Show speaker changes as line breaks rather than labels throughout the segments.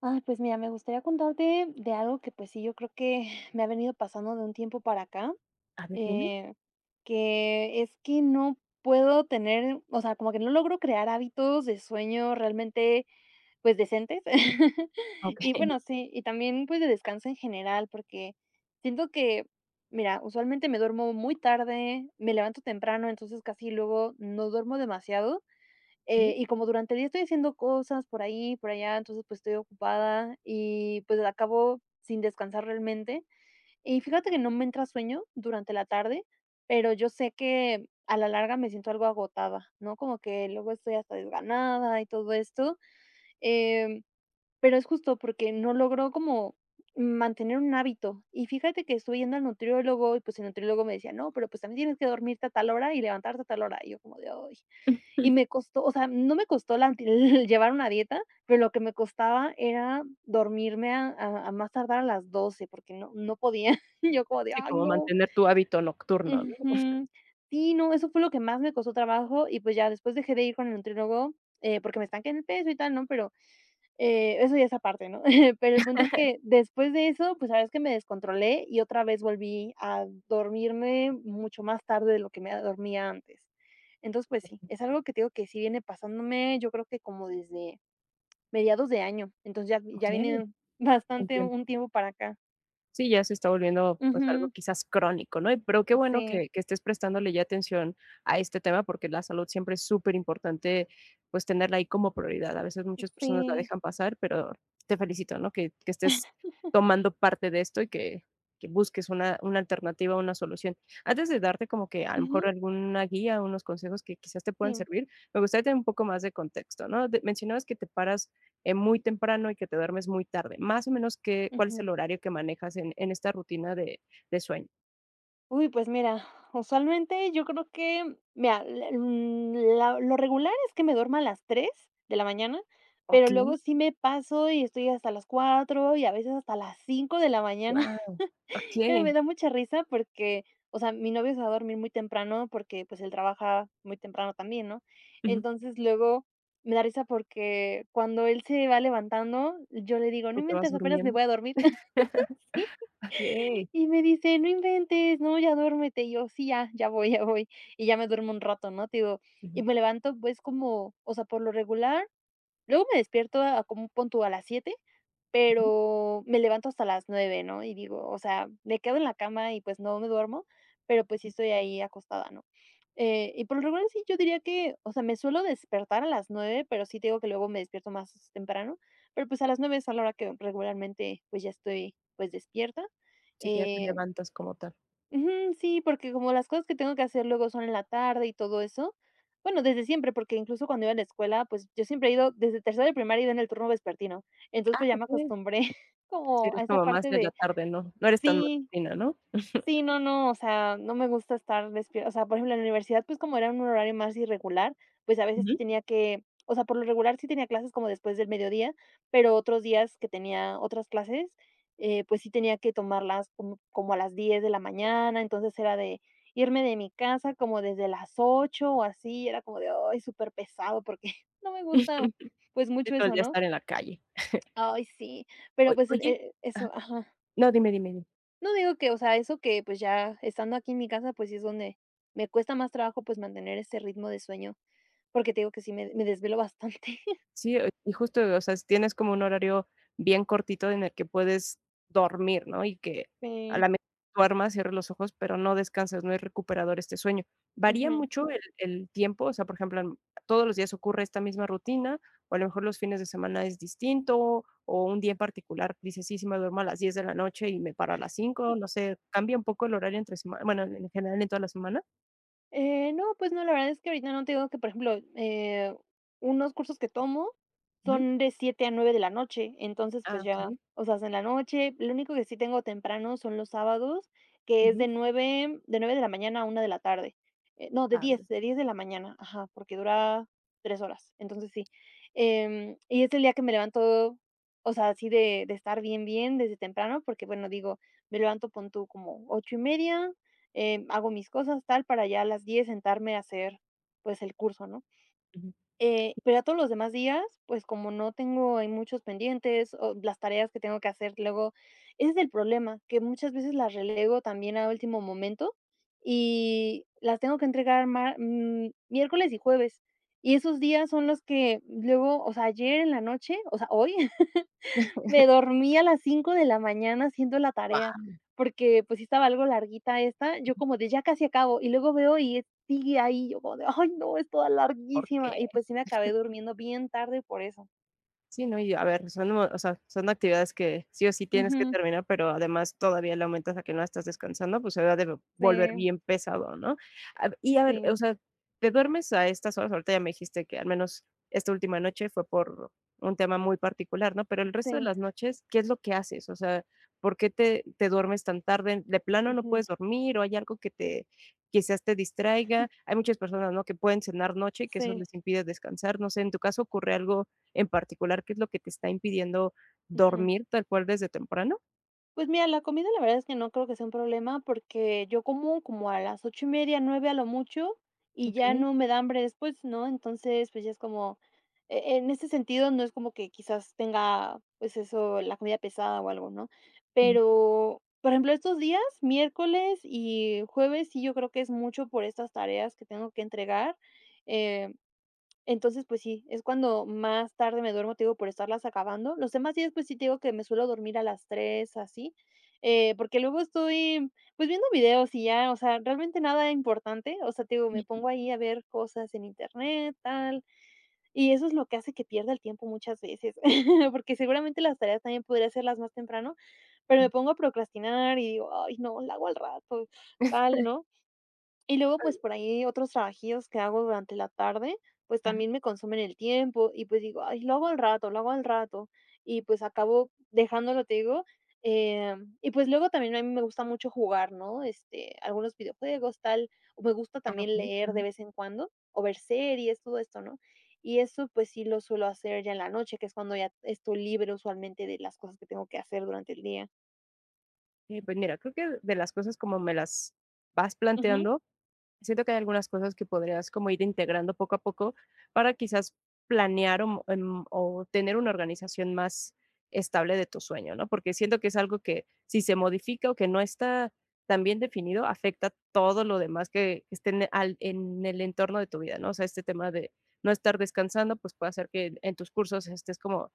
Ay, pues mira, me gustaría contarte de algo que, pues sí, yo creo que me ha venido pasando de un tiempo para acá,
A ver, dime.
eh, que es que no puedo tener, o sea, como que no logro crear hábitos de sueño realmente, pues, decentes. Y
Okey.
bueno, sí, y también, pues, de descanso en general, porque siento que, mira, usualmente me duermo muy tarde, me levanto temprano, entonces casi luego no duermo demasiado. Y como durante el día estoy haciendo cosas por ahí, por allá, entonces, pues, estoy ocupada y, pues, acabo sin descansar realmente. Y fíjate que no me entra sueño durante la tarde, pero yo sé que a la larga me siento algo agotada, ¿no? Como que luego estoy hasta desganada y todo esto, em, pero es justo porque no logro como mantener un hábito. Y fíjate que estuve yendo al nutriólogo y, pues, el nutriólogo me decía: "No, pero, pues, también tienes que dormirte a tal hora y levantarte a tal hora". Y yo como de: "Ay". Y me costó, o sea, no me costó la llevar una dieta, pero lo que me costaba era dormirme a más tardar a las 12, porque no podía. Yo como de:
Sí,
"Ay,
como
no".
mantener tu hábito nocturno, ¿no?
Ujú. Sí, no, eso fue lo que más me costó trabajo y, pues, ya después dejé de ir con el nutriólogo, porque me estanqué en el peso y tal, ¿no? Pero eso ya es aparte, ¿no? Pero el punto es que después de eso, pues, sabes que me descontrolé y otra vez volví a dormirme mucho más tarde de lo que me dormía antes. Entonces, pues sí, es algo que te digo que sí viene pasándome, yo creo que como desde mediados de año, entonces ya
Okey,
viene bastante
entiendo.
un tiempo para acá.
Sí, ya se está volviendo, pues, algo
Ujú,
quizás crónico, ¿no? Y pero qué bueno
sí,
que estés prestándole ya atención a este tema, porque la salud siempre es súper importante, pues, tenerla ahí como prioridad. A veces muchas personas la
sí,
dejan pasar, pero te felicito, ¿no? que estés tomando parte de esto y que busques una alternativa, una solución. Antes de darte como que a lo mejor
ujú,
alguna guía, unos consejos que quizás te puedan
sí,
servir, me gustaría tener un poco más de contexto, ¿no? De mencionabas que te paras muy temprano y que te duermes muy tarde. Más o menos, ¿qué, cuál es
ujú.
el horario que manejas en esta rutina de sueño?
Uy, pues mira, usualmente yo creo que, mira, la lo regular es que me duerma a las 3 de la mañana, pero
Okey,
luego sí me paso y estoy hasta las 4 y a veces hasta las 5 de la mañana.
wow, okey.
Me da mucha risa porque, o sea, mi novio se va a dormir muy temprano porque, pues, él trabaja muy temprano también, ¿no?
Ujú.
Entonces, luego me da risa porque cuando él se va levantando, yo le digo: "No
Tú te vas
inventes, apenas me
durmiendo.
voy a dormir".
Okey.
Y me dice: "No inventes, no, ya duérmete". Y yo: "Sí, ya, ya voy, ya voy". Y ya me duermo un rato, ¿no? Te digo, y
Ujú,
me levanto, pues, como, o sea, por lo regular. Luego me despierto a como pon tú a las 7,
ujú,
pero me levanto hasta las 9, ¿no? Y digo, o sea, me quedo en la cama y, pues, no me duermo, pero, pues, sí
ujú.
estoy ahí acostada, ¿no? Y por lo regular sí, yo diría que, o sea, me suelo despertar a las 9, pero sí te digo que luego me despierto más temprano, pero, pues, a las 9 es a la hora que regularmente, pues, ya estoy, pues, despierta.
Sí, que ya te
eh,
levantas como tal.
Ujú, sí, porque como las cosas que tengo que hacer luego son en la tarde y todo eso, bueno, desde siempre, porque incluso cuando iba a la escuela, pues yo siempre he ido desde tercero de primaria, iba en el turno vespertino, entonces
Ah,
pues ya me
okey.
acostumbré
Sí,
como a
eres
esa
como más
parte
de la
de.
tarde, ¿no? No eres tan
Sí,
matutina, ¿no?
sí, no, no, o sea, no me gusta estar despierta. O sea, por ejemplo, en la universidad, pues, como era un horario más irregular, pues, a veces sí
Ujú.
tenía que, o sea, por lo regular sí tenía clases como después del mediodía, pero otros días que tenía otras clases, pues, sí tenía que tomarlas como a las 10 de la mañana. Entonces, era de irme de mi casa como desde las 8 o así, era como de, ay, súper pesado, porque no me gusta, pues,
Sí,
mucho
todo el
eso,
día
¿no?
estar en la calle.
Ay, sí, pero,
Oy
pues, el
oye
e
ajá.
eso, ajá.
No, dime, dime, dime.
No, digo que, o sea, eso que, pues, ya estando aquí en mi casa, pues, sí es donde me cuesta más trabajo, pues, mantener ese ritmo de sueño, porque te digo que sí me desvelo bastante.
Sí, y justo, o sea, si tienes como un horario bien cortito en el que puedes dormir, ¿no? Y que a
Sí.
la mejor duermas, cierres los ojos, pero no descansas, no es recuperador este sueño. Varía
Ujú.
mucho el tiempo, o sea, por ejemplo, todos los días ocurre esta misma rutina, o a lo mejor los fines de semana es distinto, o un día en particular dices: "Sí, sí me duermo a las 10 de la noche y me paro a las 5. No sé, ¿cambia un poco el horario entre semana? Bueno, en general en toda la semana."
No, pues no, la verdad es que ahorita no te digo que, por ejemplo, unos cursos que tomo
Ujú.
son de 7 a 9 de la noche, entonces,
Ah,
pues ya,
okey.
o sea, es en la noche. Lo único que sí tengo temprano son los sábados, que es de
Ujú.
9 de la mañana a 1 de la tarde. No, de
Ah, bien.
10 de la mañana, ajá, porque dura 3 horas, entonces sí. Y es el día que me levanto, o sea, así de estar bien, bien desde temprano, porque bueno, digo, me levanto, pon tú como 8:30, hago mis cosas, tal, para ya a las 10 sentarme a hacer, pues, el curso, ¿no?
Ujú.
Pero a todos los demás días, pues, como no tengo, hay muchos pendientes, o las tareas que tengo que hacer luego, ese es el problema, que muchas veces las relego también a último momento, y las tengo que entregar miércoles y jueves. Y esos días son los que luego, o sea, ayer en la noche, o sea, hoy me dormí a las 5 de la mañana haciendo la tarea,
Guau,
porque, pues, sí estaba algo larguita esta, yo como de: "Ya casi acabo", y luego veo y es sigue ahí, yo como de: "Ay, no, es toda
¿por qué?
larguísima", y pues sí me acabé durmiendo bien tarde por eso.
Sí, no, y a ver, son, o sea, son actividades que sí o sí tienes que
Ujú,
terminar, pero además todavía le aumentas a que no estás descansando, pues se va a de volver
sí,
bien pesado, ¿no? A ver, o
sí,
sea, ¿te duermes a estas horas? Ahorita ya me dijiste que al menos esta última noche fue por un tema muy particular, ¿no? Pero el resto de
sí,
las noches, ¿qué es lo que haces? O sea, ¿por qué te duermes tan tarde? ¿De plano no
ujú,
puedes dormir o hay algo que te quizás te distraiga? Hay muchas personas, ¿no?, que pueden cenar noche y que eso
sí,
les impide descansar. No sé, ¿en tu caso ocurre algo en particular, qué es lo que te está impidiendo
ujú.
dormir tal cual desde temprano?
Pues mira, la comida la verdad es que no creo que sea un problema porque yo como como a las 8:30, 9 a lo mucho, y ya
Okay.
no me da hambre después, ¿no? Entonces, pues ya es como, en ese sentido no es como que quizás tenga, pues eso, la comida pesada o algo, ¿no?
Ujú,
Pero, por ejemplo, estos días, miércoles y jueves, sí, yo creo que es mucho por estas tareas que tengo que entregar, eh entonces, pues sí, es cuando más tarde me duermo, te digo, por estarlas acabando. Los demás días, pues sí te digo que me suelo dormir a las 3 así, porque luego estoy, pues, viendo videos y ya, o sea, realmente nada importante, o sea, te digo, me pongo ahí a ver cosas en internet, tal, y eso es lo que hace que pierda el tiempo muchas veces, porque seguramente las tareas también podría hacerlas más temprano, pero me
ujú.
pongo a procrastinar y digo: "Ay, no, la hago al rato", tal, ¿no? Y luego,
Ay,
pues, por ahí otros trabajillos que hago durante la tarde, pues,
ajá,
también me consumen el tiempo y, pues, digo: "Ay, lo hago al rato, lo hago al rato", y, pues, acabo dejándolo, te digo, y, pues, luego también a mí me gusta mucho jugar, ¿no? Este, algunos videojuegos, tal, o me gusta
ah,
también
okey,
leer de
ajá.
vez en cuando, o ver series, todo esto, ¿no? Y eso, pues, sí lo suelo hacer ya en la noche, que es cuando ya estoy libre usualmente de las cosas que tengo que hacer durante el día.
Pues mira, creo que de las cosas como me las vas
Ujú,
planteando, siento que hay algunas cosas que podrías como ir integrando poco a poco para quizás planear o, o tener una organización más estable de tu sueño, ¿no? Porque siento que es algo que si se modifica o que no está tan bien definido, afecta todo lo demás que esté en, en el entorno de tu vida, ¿no? O sea, este tema de no estar descansando, pues puede hacer que en tus cursos estés como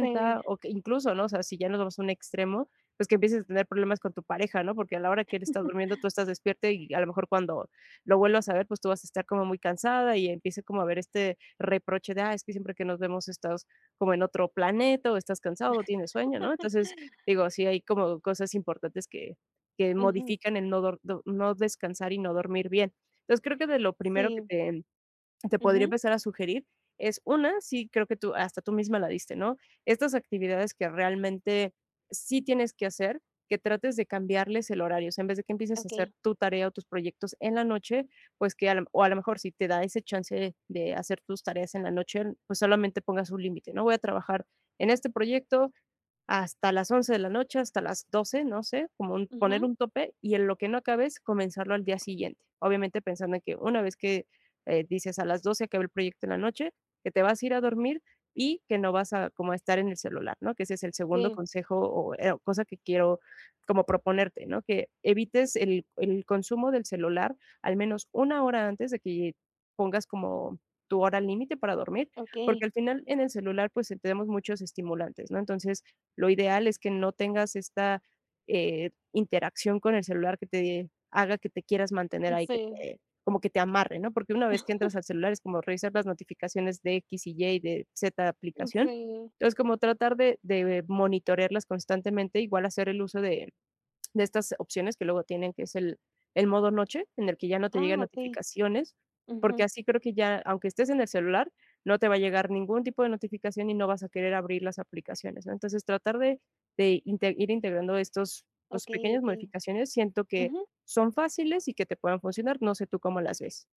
sí.
o que incluso, ¿no? O sea, si ya nos vamos a un extremo, pues que empieces a tener problemas con tu pareja, ¿no? Porque a la hora que él está durmiendo, tú estás despierta y a lo mejor cuando lo vuelvo a saber, pues tú vas a estar como muy cansada y empieza como a ver este reproche de, ah, es que siempre que nos vemos estás como en otro planeta o estás cansado o tienes sueño, ¿no? Entonces, digo, sí hay como cosas importantes que
Ujú,
modifican el no, no descansar y no dormir bien. Entonces, creo que de lo primero que
sí.
te podría
Ujú,
empezar a sugerir es una, sí creo que tú, hasta tú misma la diste, ¿no? Estas actividades que realmente sí tienes que hacer, que trates de cambiarles el horario. O sea, en vez de que empieces a hacer
okey.
tu tarea o tus proyectos en la noche, pues que, o a lo mejor si te da ese chance de hacer tus tareas en la noche, pues solamente pongas un límite, ¿no? Voy a trabajar en este proyecto hasta las 11 de la noche, hasta las 12, no sé, como poner
Ujú,
un tope y en lo que no acabes, comenzarlo al día siguiente. Obviamente pensando en que una vez que dices a las 12 acabé el proyecto en la noche, que te vas a ir a dormir y que no vas a como a estar en el celular, ¿no? Que ese es el segundo
sí,
consejo o cosa que quiero como proponerte, ¿no? Que evites el consumo del celular al menos una hora antes de que pongas como tu hora límite para dormir, porque
okey,
al final en el celular pues tenemos muchos estimulantes, ¿no? Entonces, lo ideal es que no tengas esta interacción con el celular que te haga que te quieras mantener ahí, que
sí,
te, como que te amarre, ¿no? Porque una vez que entras al celular es como revisar las notificaciones de X y Y, de Z aplicación.
sí.
Entonces, como tratar de monitorearlas constantemente, igual hacer el uso de estas opciones que luego tienen, que es el modo noche, en el que ya no te
Ah,
llegan
okey,
notificaciones, porque
ujú,
así creo que ya, aunque estés en el celular, no te va a llegar ningún tipo de notificación y no vas a querer abrir las aplicaciones, ¿no? Entonces, tratar de, de ir integrando estos pues,
okey,
pequeñas
okey.
modificaciones, siento que
Ujú.
son fáciles y que te puedan funcionar. No sé tú cómo las ves.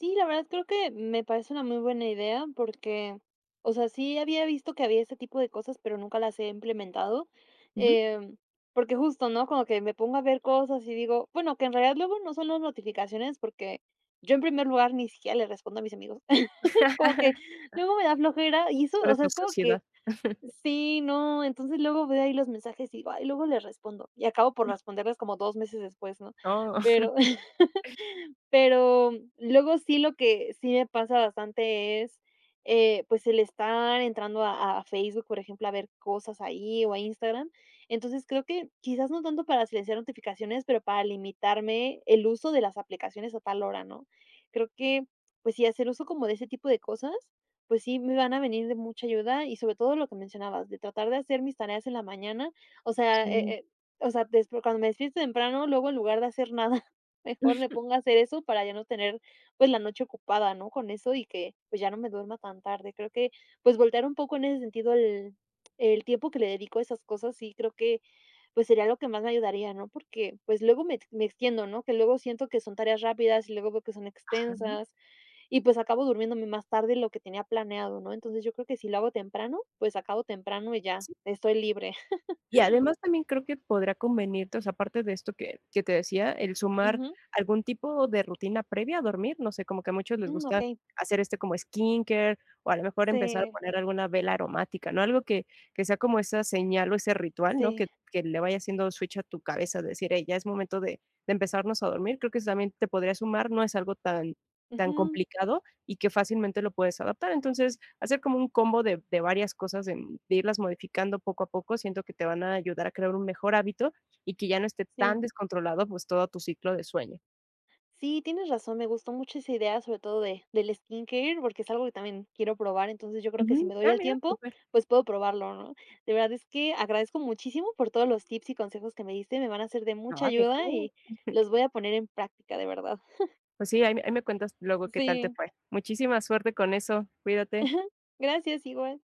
Sí, la verdad creo que me parece una muy buena idea porque, o sea, sí había visto que había ese tipo de cosas, pero nunca las he implementado,
Ujú.
em, porque justo, ¿no? Como que me pongo a ver cosas y digo, bueno, que en realidad luego no son las notificaciones, porque yo en primer lugar ni siquiera le respondo a mis amigos. Como que luego me da flojera y eso,
Solo
o
es
sea,
tu
es como que.
sociedad.
Sí, no, entonces luego veo ahí los mensajes y digo: "Ay, luego les respondo", y acabo por responderles como 2 meses después, ¿no?
No.
Pero pero luego sí, lo que sí me pasa bastante es, pues, el estar entrando a Facebook, por ejemplo, a ver cosas ahí o a Instagram. Entonces, creo que quizás no tanto para silenciar notificaciones, pero para limitarme el uso de las aplicaciones a tal hora, ¿no? Creo que, pues sí, hacer uso como de ese tipo de cosas, pues sí me van a venir de mucha ayuda y sobre todo lo que mencionabas, de tratar de hacer mis tareas en la mañana, o sea, eh
Sí.
eh, o sea, desp cuando me despierto temprano, luego en lugar de hacer nada. Mejor me pongo a hacer eso para ya no tener, pues, la noche ocupada, ¿no?, con eso y que, pues, ya no me duerma tan tarde. Creo que, pues, voltear un poco en ese sentido el tiempo que le dedico a esas cosas, sí creo que, pues, sería lo que más me ayudaría, ¿no? Porque, pues, luego me extiendo, ¿no? Que luego siento que son tareas rápidas y luego veo que son
Ajá.
extensas y, pues, acabo durmiéndome más tarde de lo que tenía planeado, ¿no? Entonces, yo creo que si lo hago temprano, pues, acabo temprano y ya estoy libre.
Y además también creo que podrá convenirte, o sea, aparte de esto que te decía, el sumar
Ujú.
algún tipo de rutina previa a dormir, no sé, como que a muchos les
Mm,
gusta
okey.
hacer este como skincare, o a lo mejor empezar a
Sí,
poner alguna vela aromática, ¿no? Algo que sea como esa señal o ese ritual, ¿no?
sí.
Que le vaya haciendo switch a tu cabeza, de decir: "Hey, ya es momento de empezarnos a dormir." Creo que eso también te podría sumar, no es algo tan tan
Ujú,
complicado y que fácilmente lo puedes adaptar. Entonces hacer como un combo de varias cosas, de, irlas modificando poco a poco, siento que te van a ayudar a crear un mejor hábito y que ya no esté tan
sí.
descontrolado pues todo tu ciclo de sueño.
Sí, tienes razón, me gustó mucho esa idea, sobre todo de del skincare, porque es algo que también quiero probar, entonces yo creo que si
Ujú.
me doy
Ah,
el
mira,
tiempo,
súper.
pues puedo probarlo, ¿no? De verdad es que agradezco muchísimo por todos los tips y consejos que me diste, me van a ser de
No,
mucha
¿de qué?
ayuda y los voy a poner en práctica, de verdad.
Pues sí, ahí, ahí me cuentas luego qué tal te
Sí,
fue. Muchísima suerte con eso, cuídate.
gracias, igual.